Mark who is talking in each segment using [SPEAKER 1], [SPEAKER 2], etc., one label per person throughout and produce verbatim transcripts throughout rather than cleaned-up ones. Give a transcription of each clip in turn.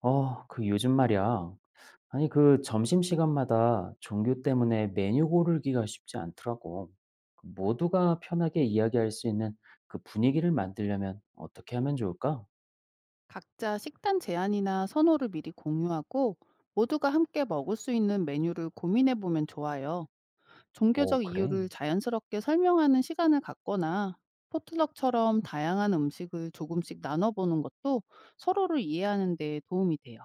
[SPEAKER 1] 어, 그 요즘 말이야. 아니, 그 점심시간마다 종교 때문에 메뉴 고르기가 쉽지 않더라고. 그 모두가 편하게 이야기할 수 있는 그 분위기를 만들려면 어떻게 하면 좋을까?
[SPEAKER 2] 각자 식단 제한이나 선호를 미리 공유하고 모두가 함께 먹을 수 있는 메뉴를 고민해 보면 좋아요.
[SPEAKER 1] 오,
[SPEAKER 2] 종교적
[SPEAKER 1] 그래.
[SPEAKER 2] 이유를 자연스럽게 설명하는 시간을 갖거나 포트럭처럼 다양한 음식을 조금씩 나눠보는 것도 서로를 이해하는 데 도움이 돼요.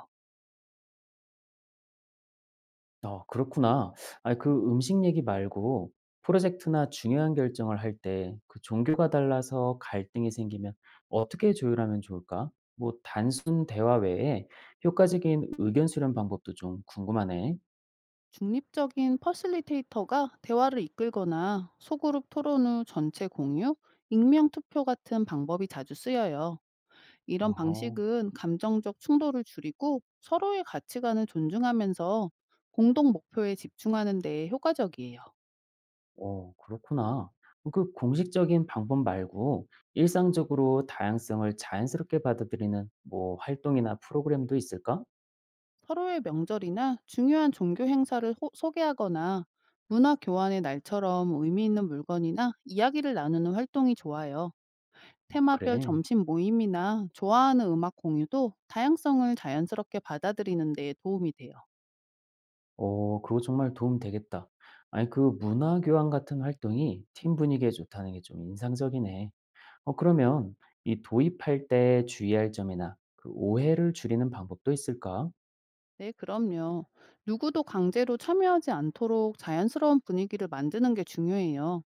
[SPEAKER 1] 어, 그렇구나. 아니, 그 음식 얘기 말고 프로젝트나 중요한 결정을 할 때 그 종교가 달라서 갈등이 생기면 어떻게 조율하면 좋을까? 뭐, 단순 대화 외에 효과적인 의견 수렴 방법도 좀 궁금하네.
[SPEAKER 2] 중립적인 퍼실리테이터가 대화를 이끌거나 소그룹 토론 후 전체 공유, 익명 투표 같은 방법이 자주 쓰여요. 이런
[SPEAKER 1] 어허.
[SPEAKER 2] 방식은 감정적 충돌을 줄이고 서로의 가치관을 존중하면서 공동 목표에 집중하는 데 효과적이에요.
[SPEAKER 1] 어, 그렇구나. 어, 그 공식적인 방법 말고 일상적으로 다양성을 자연스럽게 받아들이는 뭐 활동이나 프로그램도 있을까?
[SPEAKER 2] 서로의 명절이나 중요한 종교 행사를 호- 소개하거나 문화 교환의 날처럼 의미 있는 물건이나 이야기를 나누는 활동이 좋아요. 테마별
[SPEAKER 1] 그래.
[SPEAKER 2] 점심 모임이나 좋아하는 음악 공유도 다양성을 자연스럽게 받아들이는 데 도움이 돼요.
[SPEAKER 1] 어, 그거 정말 도움 되겠다. 아니, 그 문화 교환 같은 활동이 팀 분위기에 좋다는 게 좀 인상적이네. 어, 그러면 이 도입할 때 주의할 점이나 그 오해를 줄이는 방법도 있을까?
[SPEAKER 2] 네, 그럼요. 누구도 강제로 참여하지 않도록 자연스러운 분위기를 만드는 게 중요해요.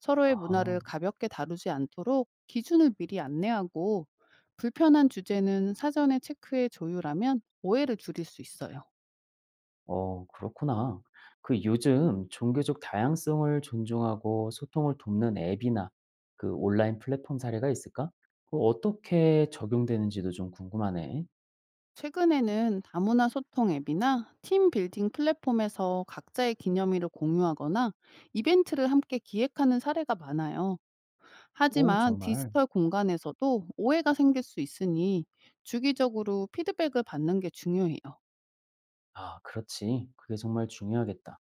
[SPEAKER 2] 서로의 문화를
[SPEAKER 1] 아하.
[SPEAKER 2] 가볍게 다루지 않도록 기준을 미리 안내하고 불편한 주제는 사전에 체크해 조율하면 오해를 줄일 수 있어요.
[SPEAKER 1] 어, 그렇구나. 그 요즘 종교적 다양성을 존중하고 소통을 돕는 앱이나 그 온라인 플랫폼 사례가 있을까? 그 어떻게 적용되는지도 좀 궁금하네.
[SPEAKER 2] 최근에는 다문화 소통 앱이나 팀 빌딩 플랫폼에서 각자의 기념일을 공유하거나 이벤트를 함께 기획하는 사례가 많아요.
[SPEAKER 1] 오,
[SPEAKER 2] 하지만
[SPEAKER 1] 정말.
[SPEAKER 2] 디지털 공간에서도 오해가 생길 수 있으니 주기적으로 피드백을 받는 게 중요해요.
[SPEAKER 1] 아, 그렇지. 그게 정말 중요하겠다.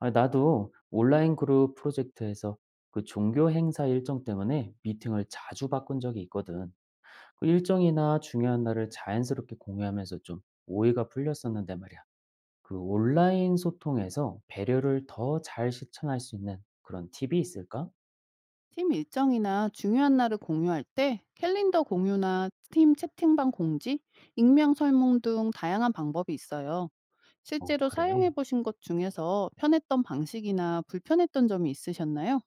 [SPEAKER 1] 아, 나도 온라인 그룹 프로젝트에서 그 종교 행사 일정 때문에 미팅을 자주 바꾼 적이 있거든. 그 일정이나 중요한 날을 자연스럽게 공유하면서 좀 오해가 풀렸었는데 말이야. 그 온라인 소통에서 배려를 더 잘 실천할 수 있는 그런 팁이 있을까?
[SPEAKER 2] 팀 일정이나 중요한 날을 공유할 때 캘린더 공유나 팀 채팅방 공지, 익명 설문 등 다양한 방법이 있어요.
[SPEAKER 1] 어,
[SPEAKER 2] 실제로 사용해
[SPEAKER 1] 그래.
[SPEAKER 2] 보신 것 중에서 편했던 방식이나 불편했던 점이 있으셨나요?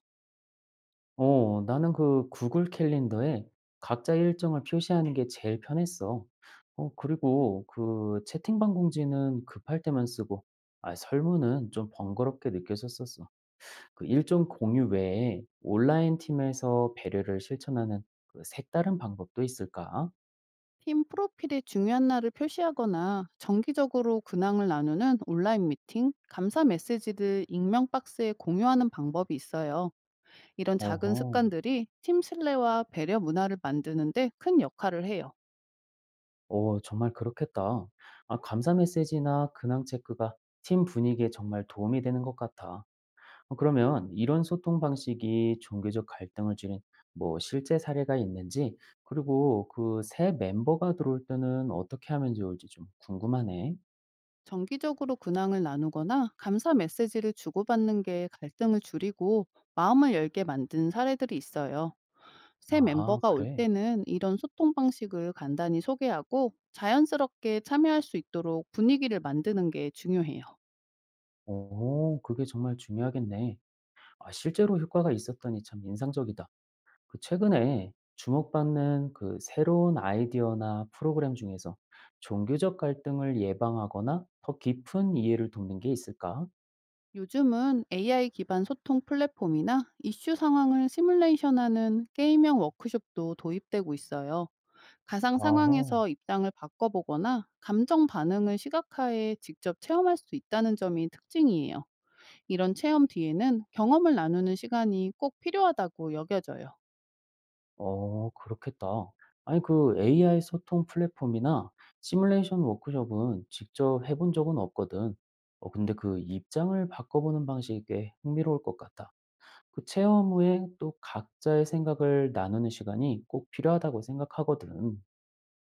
[SPEAKER 1] 어, 나는 그 구글 캘린더에 각자 일정을 표시하는 게 제일 편했어. 어, 그리고 그 채팅방 공지는 급할 때만 쓰고, 아, 설문은 좀 번거롭게 느껴졌었어. 그 일정 공유 외에 온라인 팀에서 배려를 실천하는 그 색다른 방법도 있을까?
[SPEAKER 2] 팀 프로필에 중요한 날을 표시하거나 정기적으로 근황을 나누는 온라인 미팅, 감사 메시지를 익명 박스에 공유하는 방법이 있어요. 이런 작은
[SPEAKER 1] 어허.
[SPEAKER 2] 습관들이 팀 신뢰와 배려 문화를 만드는데 큰 역할을 해요.
[SPEAKER 1] 오 정말 그렇겠다. 아 감사 메시지나 근황 체크가 팀 분위기에 정말 도움이 되는 것 같아. 어 그러면 이런 소통 방식이 종교적 갈등을 줄인 뭐 실제 사례가 있는지, 그리고 그 새 멤버가 들어올 때는 어떻게 하면 좋을지 좀 궁금하네.
[SPEAKER 2] 정기적으로 근황을 나누거나 감사 메시지를 주고받는 게 갈등을 줄이고 마음을 열게 만든 사례들이 있어요. 새
[SPEAKER 1] 아
[SPEAKER 2] 멤버가 올
[SPEAKER 1] 그래?
[SPEAKER 2] 때는 이런 소통 방식을 간단히 소개하고 자연스럽게 참여할 수 있도록 분위기를 만드는 게 중요해요.
[SPEAKER 1] 오 그게 정말 중요하겠네. 아 실제로 효과가 있었더니 참 인상적이다. 그 최근에 주목받는 그 새로운 아이디어나 프로그램 중에서 종교적 갈등을 예방하거나 더 깊은 이해를 돕는 게 있을까?
[SPEAKER 2] 요즘은 에이아이 기반 소통 플랫폼이나 이슈 상황을 시뮬레이션하는 게임형 워크숍도 도입되고 있어요. 가상
[SPEAKER 1] 아하,
[SPEAKER 2] 상황에서 입장을 바꿔보거나 감정 반응을 시각화해 직접 체험할 수 있다는 점이 특징이에요. 이런 체험 뒤에는 경험을 나누는 시간이 꼭 필요하다고 여겨져요.
[SPEAKER 1] 어, 그렇겠다. 아니, 그 에이아이 소통 플랫폼이나 시뮬레이션 워크숍은 직접 해본 적은 없거든. 어, 근데 그 입장을 바꿔보는 방식이 꽤 흥미로울 것 같아. 그 체험 후에 또 각자의 생각을 나누는 시간이 꼭 필요하다고 생각하거든.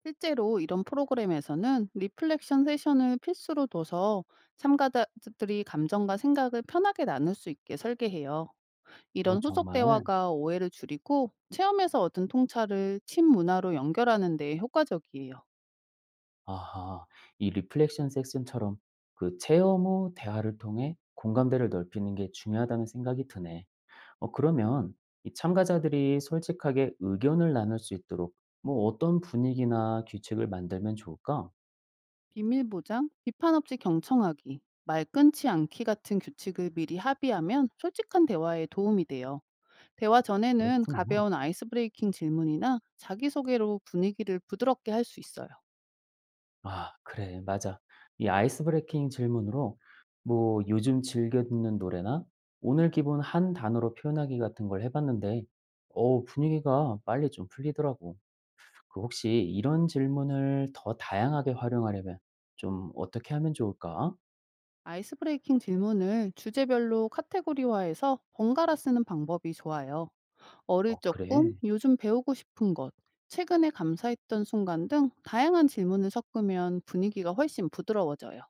[SPEAKER 2] 실제로 이런 프로그램에서는 리플렉션 세션을 필수로 둬서 참가자들이 감정과 생각을 편하게 나눌 수 있게 설계해요. 이런
[SPEAKER 1] 뭐
[SPEAKER 2] 후속
[SPEAKER 1] 정말.
[SPEAKER 2] 대화가 오해를 줄이고 체험에서 얻은 통찰을 팀 문화로 연결하는 데 효과적이에요.
[SPEAKER 1] 아하. 이 리플렉션 섹션처럼 그 체험 후 대화를 통해 공감대를 넓히는 게 중요하다는 생각이 드네. 어, 그러면 이 참가자들이 솔직하게 의견을 나눌 수 있도록 뭐 어떤 분위기나 규칙을 만들면 좋을까?
[SPEAKER 2] 비밀 보장, 비판 없이 경청하기, 말 끊지 않기 같은 규칙을 미리 합의하면 솔직한 대화에 도움이 돼요. 대화 전에는
[SPEAKER 1] 그렇구나.
[SPEAKER 2] 가벼운 아이스 브레이킹 질문이나 자기소개로 분위기를 부드럽게 할 수 있어요.
[SPEAKER 1] 아, 그래. 맞아. 이 아이스 브레이킹 질문으로 뭐 요즘 즐겨 듣는 노래나 오늘 기분 한 단어로 표현하기 같은 걸 해봤는데, 어, 분위기가 빨리 좀 풀리더라고. 그 혹시 이런 질문을 더 다양하게 활용하려면 좀 어떻게 하면 좋을까?
[SPEAKER 2] 아이스 브레이킹 질문을 주제별로 카테고리화해서 번갈아 쓰는 방법이 좋아요. 어릴
[SPEAKER 1] 어
[SPEAKER 2] 적 꿈,
[SPEAKER 1] 그래.
[SPEAKER 2] 요즘 배우고 싶은 것, 최근에 감사했던 순간 등 다양한 질문을 섞으면 분위기가 훨씬 부드러워져요.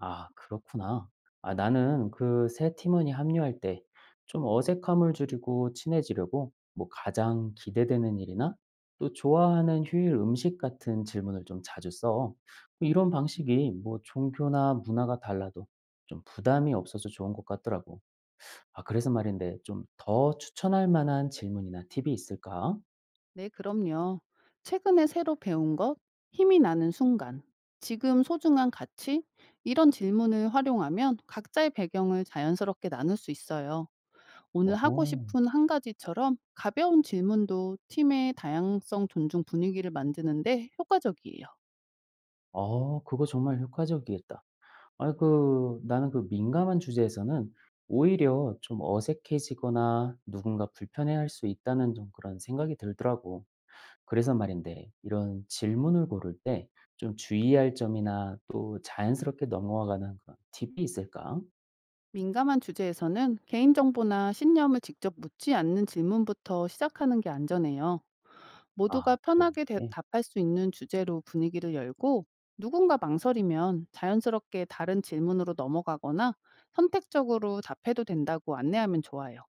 [SPEAKER 1] 아 그렇구나. 아 나는 그 새 팀원이 합류할 때 좀 어색함을 줄이고 친해지려고 뭐 가장 기대되는 일이나 또 좋아하는 휴일 음식 같은 질문을 좀 자주 써. 뭐 이런 방식이 뭐 종교나 문화가 달라도 좀 부담이 없어서 좋은 것 같더라고. 아 그래서 말인데 좀 더 추천할 만한 질문이나 팁이 있을까?
[SPEAKER 2] 네, 그럼요. 최근에 새로 배운 것, 힘이 나는 순간, 지금 소중한 가치, 이런 질문을 활용하면 각자의 배경을 자연스럽게 나눌 수 있어요. 오늘 하고
[SPEAKER 1] 오호.
[SPEAKER 2] 싶은 한 가지처럼 가벼운 질문도 팀의 다양성 존중 분위기를 만드는데 효과적이에요.
[SPEAKER 1] 어 그거 정말 효과적이겠다. 아 그 나는 그 민감한 주제에서는 오히려 좀 어색해지거나 누군가 불편해할 수 있다는 좀 그런 생각이 들더라고. 그래서 말인데 이런 질문을 고를 때 좀 주의할 점이나 또 자연스럽게 넘어가는 그런 팁이 있을까?
[SPEAKER 2] 민감한 주제에서는 개인정보나 신념을 직접 묻지 않는 질문부터 시작하는 게 안전해요. 모두가
[SPEAKER 1] 아 그래.
[SPEAKER 2] 편하게 대- 답할 수 있는 주제로 분위기를 열고 누군가 망설이면 자연스럽게 다른 질문으로 넘어가거나 선택적으로 답해도 된다고 안내하면 좋아요.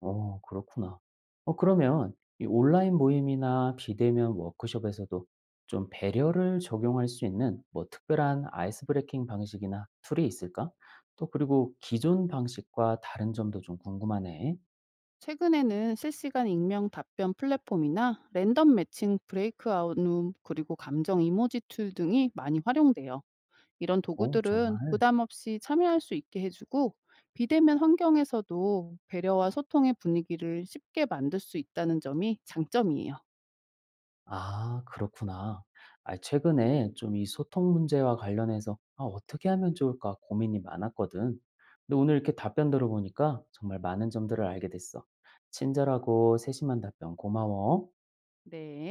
[SPEAKER 1] 어 그렇구나. 어 그러면 이 온라인 모임이나 비대면 워크숍에서도 좀 배려를 적용할 수 있는 뭐 특별한 아이스 브레이킹 방식이나 툴이 있을까? 또 그리고 기존 방식과 다른 점도 좀 궁금하네.
[SPEAKER 2] 최근에는 실시간 익명 답변 플랫폼이나 랜덤 매칭 브레이크아웃 룸 그리고 감정 이모지 툴 등이 많이 활용돼요. 이런
[SPEAKER 1] 어
[SPEAKER 2] 도구들은
[SPEAKER 1] 정말?
[SPEAKER 2] 부담 없이 참여할 수 있게 해주고 비대면 환경에서도 배려와 소통의 분위기를 쉽게 만들 수 있다는 점이 장점이에요.
[SPEAKER 1] 아 그렇구나. 아 최근에 좀 이 소통 문제와 관련해서 '아 어떻게 하면 좋을까.' 고민이 많았거든. 근데 오늘 이렇게 답변 들어보니까 정말 많은 점들을 알게 됐어. 친절하고 세심한 답변 고마워.
[SPEAKER 2] 네.